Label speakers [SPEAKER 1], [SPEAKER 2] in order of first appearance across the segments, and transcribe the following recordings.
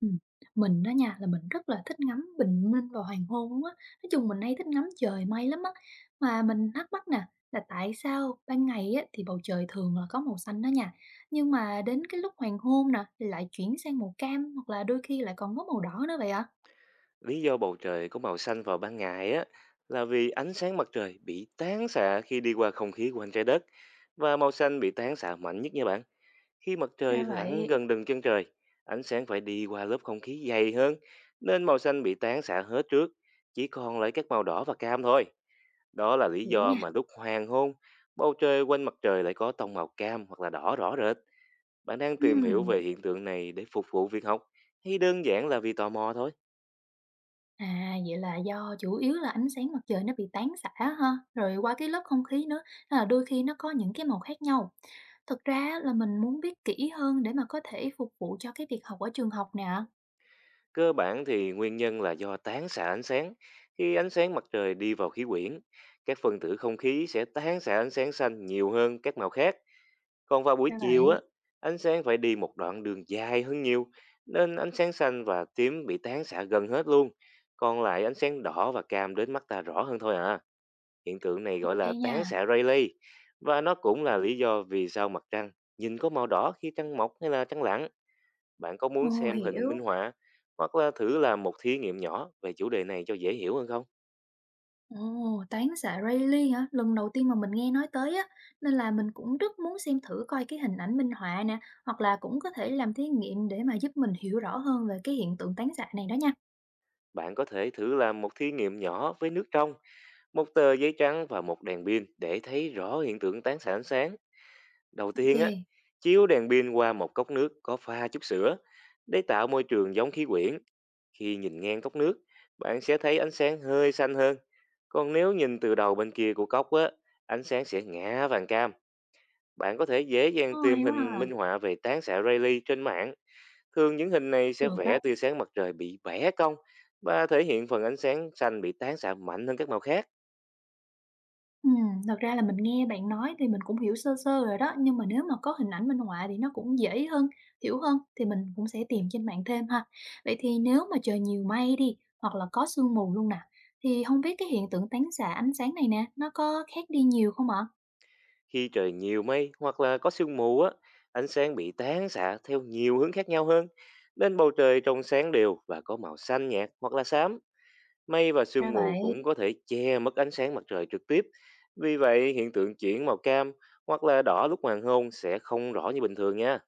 [SPEAKER 1] Ừm, mình đó nha, là mình rất là thích ngắm bình minh và hoàng hôn luôn á, nói chung mình hay thích ngắm trời mây lắm á. Mà mình thắc mắc nè, là tại sao ban ngày á thì bầu trời thường là có màu xanh đó nha, nhưng mà đến cái lúc hoàng hôn nè thì lại chuyển sang màu cam hoặc là đôi khi lại còn có màu đỏ nữa vậy ạ?
[SPEAKER 2] Lý do bầu trời có màu xanh vào ban ngày á là vì ánh sáng mặt trời bị tán xạ khi đi qua không khí quanh trái đất, và màu xanh bị tán xạ mạnh nhất nha bạn. Khi mặt
[SPEAKER 1] Ra
[SPEAKER 2] trời lặn
[SPEAKER 1] vậy,
[SPEAKER 2] gần đường chân trời, ánh sáng phải đi qua lớp không khí dày hơn, nên màu xanh bị tán xạ hết trước, chỉ còn lại các màu đỏ và cam thôi. Đó là lý
[SPEAKER 1] hiểu
[SPEAKER 2] do
[SPEAKER 1] nha.
[SPEAKER 2] mà lúc hoàng hôn, bầu trời quanh mặt trời lại có tông màu cam hoặc là đỏ rõ rệt. Bạn đang tìm hiểu
[SPEAKER 1] Ừm.
[SPEAKER 2] về hiện tượng này để phục vụ việc học, hay đơn giản là vì tò mò thôi?
[SPEAKER 1] À, vậy là do chủ yếu là ánh sáng mặt trời nó bị tán xạ ha, rồi qua cái lớp không khí nữa, nên là đôi khi nó có những cái màu khác nhau. Thực ra là mình muốn biết kỹ hơn để mà có thể phục vụ cho cái việc học ở trường học nè.
[SPEAKER 2] Cơ bản thì nguyên nhân là do tán xạ ánh sáng. Khi ánh sáng mặt trời đi vào khí quyển, các phân tử không khí sẽ tán xạ ánh sáng xanh nhiều hơn các màu khác. Còn vào buổi
[SPEAKER 1] Ra
[SPEAKER 2] chiều
[SPEAKER 1] vậy,
[SPEAKER 2] á, ánh sáng phải đi một đoạn đường dài hơn nhiều, nên ánh sáng xanh và tím bị tán xạ gần hết luôn. Còn lại ánh sáng đỏ và cam đến mắt ta rõ hơn thôi à. Hiện tượng này
[SPEAKER 1] ok
[SPEAKER 2] gọi là
[SPEAKER 1] nha.
[SPEAKER 2] tán xạ Rayleigh, và nó cũng là lý do vì sao mặt trăng nhìn có màu đỏ khi trăng mọc hay là trăng lặn. Bạn có muốn
[SPEAKER 1] Ồ,
[SPEAKER 2] xem hình minh
[SPEAKER 1] hiểu.
[SPEAKER 2] họa, hoặc là thử làm một thí nghiệm nhỏ về chủ đề này cho dễ hiểu hơn không?
[SPEAKER 1] Ồ, tán xạ Rayleigh hả? Lần đầu tiên mà mình nghe nói tới á, nên là mình cũng rất muốn xem thử coi cái hình ảnh minh họa nè, hoặc là cũng có thể làm thí nghiệm để mà giúp mình hiểu rõ hơn về cái hiện tượng tán xạ này đó nha.
[SPEAKER 2] Bạn có thể thử làm một thí nghiệm nhỏ với nước trong, một tờ giấy trắng và một đèn pin để thấy rõ hiện tượng tán xạ ánh sáng. Đầu
[SPEAKER 1] Ok.
[SPEAKER 2] tiên á, chiếu đèn pin qua một cốc nước có pha chút sữa để tạo môi trường giống khí quyển. Khi nhìn ngang cốc nước, bạn sẽ thấy ánh sáng hơi xanh hơn. Còn nếu nhìn từ đầu bên kia của cốc á, ánh sáng sẽ ngã vàng cam. Bạn có thể dễ dàng
[SPEAKER 1] Ồ,
[SPEAKER 2] tìm
[SPEAKER 1] hay quá
[SPEAKER 2] hình minh
[SPEAKER 1] à.
[SPEAKER 2] họa về tán xạ Rayleigh trên mạng. Thường những hình này sẽ
[SPEAKER 1] Được á.
[SPEAKER 2] vẽ tia sáng mặt trời bị bẻ cong và thể hiện phần ánh sáng xanh bị tán xạ mạnh hơn các màu khác.
[SPEAKER 1] Ừm, thật ra là mình nghe bạn nói thì mình cũng hiểu sơ sơ rồi đó, nhưng mà nếu mà có hình ảnh minh họa thì nó cũng dễ hơn, hiểu hơn thì mình cũng sẽ tìm trên mạng thêm ha. Vậy thì nếu mà trời nhiều mây đi, hoặc là có sương mù luôn nè, thì không biết cái hiện tượng tán xạ ánh sáng này nè, nó có khác đi nhiều không ạ?
[SPEAKER 2] Khi trời nhiều mây hoặc là có sương mù á, ánh sáng bị tán xạ theo nhiều hướng khác nhau hơn. Nên bầu trời trông sáng đều và có màu xanh nhạt hoặc là xám. Mây và
[SPEAKER 1] Ra
[SPEAKER 2] sương mù
[SPEAKER 1] vậy.
[SPEAKER 2] cũng có thể che mất ánh sáng mặt trời trực tiếp. Vì vậy, hiện tượng chuyển màu cam hoặc là đỏ lúc hoàng hôn sẽ không rõ như bình thường nha.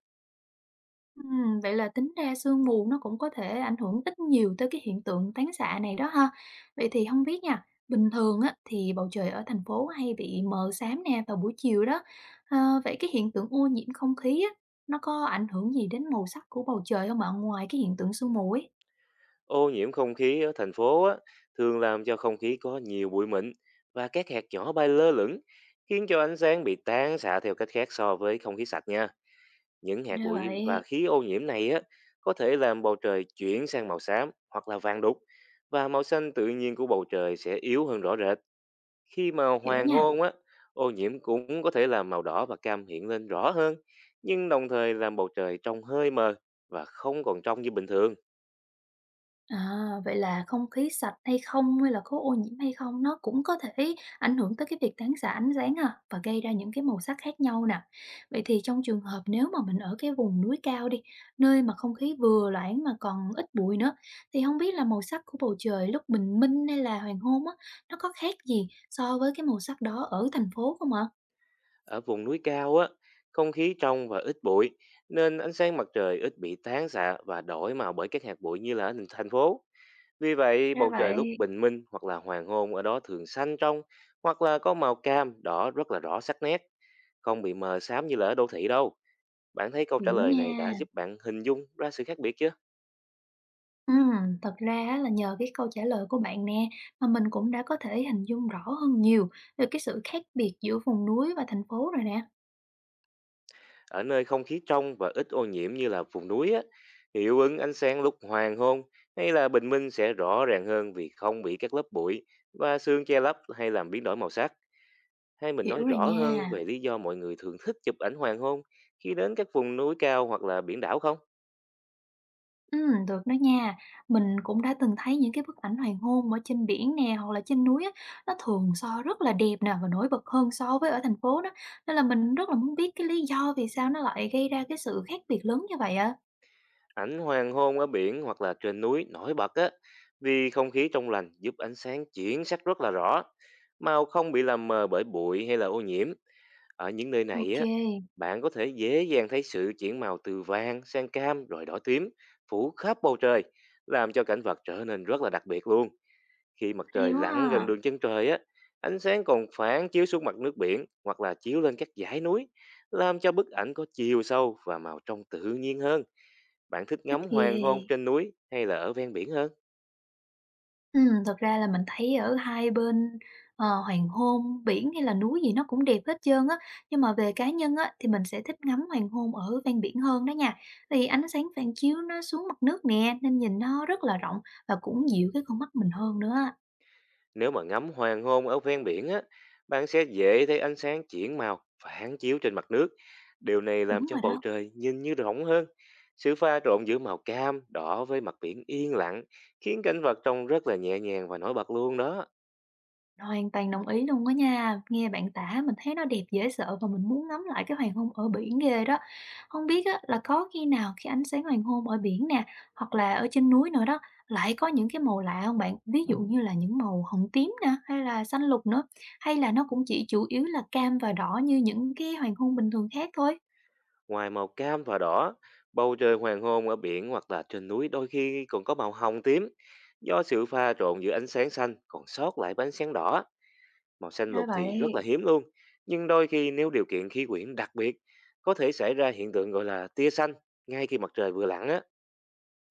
[SPEAKER 1] Vậy là tính ra sương mù nó cũng có thể ảnh hưởng ít nhiều tới cái hiện tượng tán xạ này đó ha. Vậy thì không biết nha, bình thường á, thì bầu trời ở thành phố hay bị mờ xám nè vào buổi chiều đó. Ờ, vậy cái hiện tượng ô nhiễm không khí á, nó có ảnh hưởng gì đến màu sắc của bầu trời không bạn? Ngoài cái hiện tượng sương mù ấy?
[SPEAKER 2] Ô nhiễm không khí ở thành phố á, thường làm cho không khí có nhiều bụi mịn và các hạt nhỏ bay lơ lửng, khiến cho ánh sáng bị tán xạ theo cách khác so với không khí sạch nha. Những hạt
[SPEAKER 1] Ra
[SPEAKER 2] bụi
[SPEAKER 1] vậy,
[SPEAKER 2] và khí ô nhiễm này á, có thể làm bầu trời chuyển sang màu xám hoặc là vàng đục, và màu xanh tự nhiên của bầu trời sẽ yếu hơn rõ rệt. Khi mà
[SPEAKER 1] hiểu
[SPEAKER 2] hoàng
[SPEAKER 1] nha.
[SPEAKER 2] hôn á, ô nhiễm cũng có thể làm màu đỏ và cam hiện lên rõ hơn, nhưng đồng thời làm bầu trời trông hơi mờ và không còn trong như bình thường.
[SPEAKER 1] À, vậy là không khí sạch hay không, hay là có ô nhiễm hay không nó cũng có thể ảnh hưởng tới cái việc tán xạ ánh sáng à và gây ra những cái màu sắc khác nhau nè. Vậy thì trong trường hợp nếu mà mình ở cái vùng núi cao đi, nơi mà không khí vừa loãng mà còn ít bụi nữa, thì không biết là màu sắc của bầu trời lúc bình minh hay là hoàng hôn á, nó có khác gì so với cái màu sắc đó ở thành phố không ạ?
[SPEAKER 2] Ở vùng núi cao á, không khí trong và ít bụi, nên ánh sáng mặt trời ít bị tán xạ và đổi màu bởi các hạt bụi như là ở thành phố. Vì vậy,
[SPEAKER 1] Ra
[SPEAKER 2] bầu trời lúc
[SPEAKER 1] vậy.
[SPEAKER 2] bình minh hoặc là hoàng hôn ở đó thường xanh trong, hoặc là có màu cam, đỏ rất là rõ sắc nét, không bị mờ xám như là ở đô thị đâu. Bạn thấy câu trả
[SPEAKER 1] Hiểu
[SPEAKER 2] lời
[SPEAKER 1] nha.
[SPEAKER 2] này đã giúp bạn hình dung ra sự khác biệt chưa?
[SPEAKER 1] Thật ra á là nhờ cái câu trả lời của bạn nè, mà mình cũng đã có thể hình dung rõ hơn nhiều về cái sự khác biệt giữa vùng núi và thành phố rồi nè.
[SPEAKER 2] Ở nơi không khí trong và ít ô nhiễm như là vùng núi á, hiệu ứng ánh sáng lúc hoàng hôn hay là bình minh sẽ rõ ràng hơn, vì không bị các lớp bụi và sương che lấp hay làm biến đổi màu sắc. Hay mình
[SPEAKER 1] Hiểu
[SPEAKER 2] nói
[SPEAKER 1] rồi
[SPEAKER 2] rõ hơn
[SPEAKER 1] nha.
[SPEAKER 2] về lý do mọi người thường thích chụp ảnh hoàng hôn khi đến các vùng núi cao hoặc là biển đảo không?
[SPEAKER 1] Được đó nha. Mình cũng đã từng thấy những cái bức ảnh hoàng hôn ở trên biển nè, hoặc là trên núi á, nó thường so rất là đẹp nè và nổi bật hơn so với ở thành phố đó. Nên là mình rất là muốn biết cái lý do vì sao nó lại gây ra cái sự khác biệt lớn như vậy ạ.
[SPEAKER 2] Ảnh hoàng hôn ở biển hoặc là trên núi nổi bật á, vì không khí trong lành giúp ánh sáng chuyển sắc rất là rõ, màu không bị làm mờ bởi bụi hay là ô nhiễm. Ở những nơi này
[SPEAKER 1] Ok,
[SPEAKER 2] á, bạn có thể dễ dàng thấy sự chuyển màu từ vàng sang cam rồi đỏ tím phủ khắp bầu trời, làm cho cảnh vật trở nên rất là đặc biệt luôn. Khi mặt
[SPEAKER 1] hay
[SPEAKER 2] trời
[SPEAKER 1] quá
[SPEAKER 2] lặn gần
[SPEAKER 1] à.
[SPEAKER 2] đường chân trời á, ánh sáng còn phản chiếu xuống mặt nước biển hoặc là chiếu lên các dãy núi, làm cho bức ảnh có chiều sâu và màu trong tự nhiên hơn. Bạn thích
[SPEAKER 1] Thích
[SPEAKER 2] ngắm hoàng hôn
[SPEAKER 1] ghê.
[SPEAKER 2] trên núi hay là ở ven biển hơn?
[SPEAKER 1] Thật ra là mình thấy ở hai bên, ờ, hoàng hôn, biển hay là núi gì nó cũng đẹp hết trơn á. Nhưng mà về cá nhân á, thì mình sẽ thích ngắm hoàng hôn ở ven biển hơn đó nha. Vì ánh sáng phản chiếu nó xuống mặt nước nè, nên nhìn nó rất là rộng và cũng dịu cái con mắt mình hơn nữa á.
[SPEAKER 2] Nếu mà ngắm hoàng hôn ở ven biển á, bạn sẽ dễ thấy ánh sáng chuyển màu phản chiếu trên mặt nước. Điều này làm
[SPEAKER 1] Đúng
[SPEAKER 2] cho
[SPEAKER 1] rồi
[SPEAKER 2] bầu
[SPEAKER 1] đó.
[SPEAKER 2] trời nhìn như rộng hơn. Sự pha trộn giữa màu cam, đỏ với mặt biển yên lặng khiến cảnh vật trông rất là nhẹ nhàng và nổi bật luôn đó.
[SPEAKER 1] Hoàn toàn đồng ý luôn á nha. Nghe bạn tả mình thấy nó đẹp dễ sợ và mình muốn ngắm lại cái hoàng hôn ở biển ghê đó. Không biết á, là có khi nào khi ánh sáng hoàng hôn ở biển nè, hoặc là ở trên núi nữa đó, lại có những cái màu lạ không bạn? Ví dụ như là những màu hồng tím nè, hay là xanh lục nữa, hay là nó cũng chỉ chủ yếu là cam và đỏ như những cái hoàng hôn bình thường khác thôi?
[SPEAKER 2] Ngoài màu cam và đỏ, bầu trời hoàng hôn ở biển hoặc là trên núi đôi khi còn có màu hồng tím, do sự pha trộn giữa ánh sáng xanh còn sót lại với ánh sáng đỏ. Màu xanh
[SPEAKER 1] Ra
[SPEAKER 2] lục thì rất
[SPEAKER 1] vậy.
[SPEAKER 2] là hiếm luôn, nhưng đôi khi nếu điều kiện khí quyển đặc biệt, có thể xảy ra hiện tượng gọi là tia xanh ngay khi mặt trời vừa lặn á.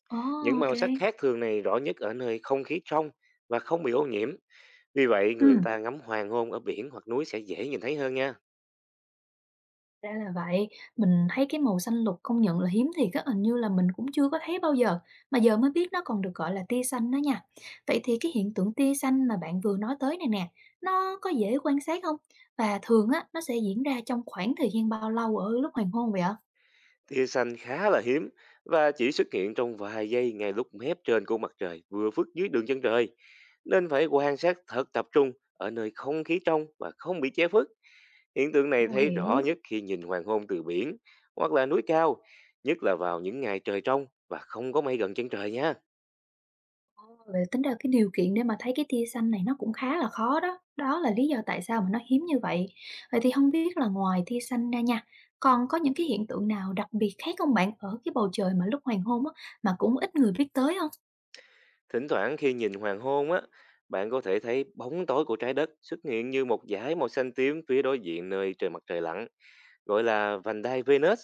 [SPEAKER 1] Ồ,
[SPEAKER 2] Những
[SPEAKER 1] ok.
[SPEAKER 2] màu sắc khác thường này rõ nhất ở nơi không khí trong và không bị ô nhiễm. Vì vậy, người
[SPEAKER 1] Ừ.
[SPEAKER 2] ta ngắm hoàng hôn ở biển hoặc núi sẽ dễ nhìn thấy hơn nha.
[SPEAKER 1] Ra là vậy, mình thấy cái màu xanh lục công nhận là hiếm thiệt á, hình như là mình cũng chưa có thấy bao giờ, mà giờ mới biết nó còn được gọi là tia xanh đó nha. Vậy thì cái hiện tượng tia xanh mà bạn vừa nói tới này nè, nó có dễ quan sát không? Và thường á, nó sẽ diễn ra trong khoảng thời gian bao lâu ở lúc hoàng hôn vậy ạ?
[SPEAKER 2] Tia xanh khá là hiếm, và chỉ xuất hiện trong vài giây ngay lúc mép trên của mặt trời vừa phức dưới đường chân trời. Nên phải quan sát thật tập trung ở nơi không khí trong và không bị che phức. Hiện tượng này
[SPEAKER 1] Ồ,
[SPEAKER 2] thấy rõ
[SPEAKER 1] hiểu.
[SPEAKER 2] nhất khi nhìn hoàng hôn từ biển hoặc là núi cao, nhất là vào những ngày trời trong và không có mây gần chân trời nha.
[SPEAKER 1] Vậy tính ra cái điều kiện để mà thấy cái tia xanh này nó cũng khá là khó đó. Đó là lý do tại sao mà nó hiếm như vậy. Vậy thì không biết là ngoài tia xanh ra nha, còn có những cái hiện tượng nào đặc biệt khác không bạn ở cái bầu trời mà lúc hoàng hôn á, mà cũng ít người biết tới không?
[SPEAKER 2] Thỉnh thoảng khi nhìn hoàng hôn á, bạn có thể thấy bóng tối của trái đất xuất hiện như một dải màu xanh tím phía đối diện nơi trời mặt trời lặn, gọi là vành đai Venus.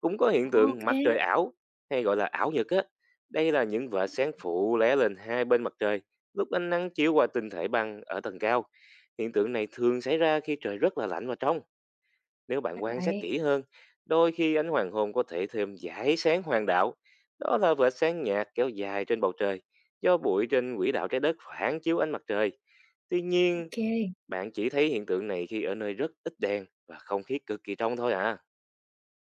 [SPEAKER 2] Cũng có hiện
[SPEAKER 1] Ok,
[SPEAKER 2] tượng mặt trời ảo, hay gọi là ảo nhật á. Đây là những vệt sáng phụ lé lên hai bên mặt trời lúc ánh nắng chiếu qua tinh thể băng ở tầng cao. Hiện tượng này thường xảy ra khi trời rất là lạnh và trong. Nếu
[SPEAKER 1] ra
[SPEAKER 2] bạn quan sát
[SPEAKER 1] vậy,
[SPEAKER 2] kỹ hơn, đôi khi ánh hoàng hôn có thể thêm dải sáng hoàng đạo. Đó là vệt sáng nhạt kéo dài trên bầu trời, do bụi trên quỹ đạo trái đất phản chiếu ánh mặt trời. Tuy nhiên,
[SPEAKER 1] ok.
[SPEAKER 2] bạn chỉ thấy hiện tượng này khi ở nơi rất ít đèn và không khí cực kỳ trong thôi ạ.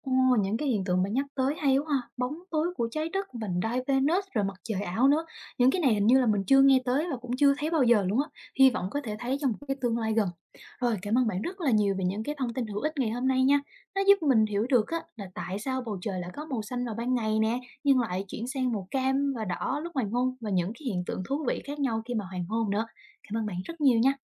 [SPEAKER 1] Ồ, những cái hiện tượng bạn nhắc tới hay quá ha, bóng tối của trái đất, vành đai Venus rồi mặt trời ảo nữa. Những cái này hình như là mình chưa nghe tới và cũng chưa thấy bao giờ luôn á. Hy vọng có thể thấy trong một cái tương lai gần. Rồi, cảm ơn bạn rất là nhiều về những cái thông tin hữu ích ngày hôm nay nha. Nó giúp mình hiểu được á là tại sao bầu trời lại có màu xanh vào ban ngày nè, nhưng lại chuyển sang màu cam và đỏ lúc hoàng hôn và những cái hiện tượng thú vị khác nhau khi mà hoàng hôn nữa. Cảm ơn bạn rất nhiều nha.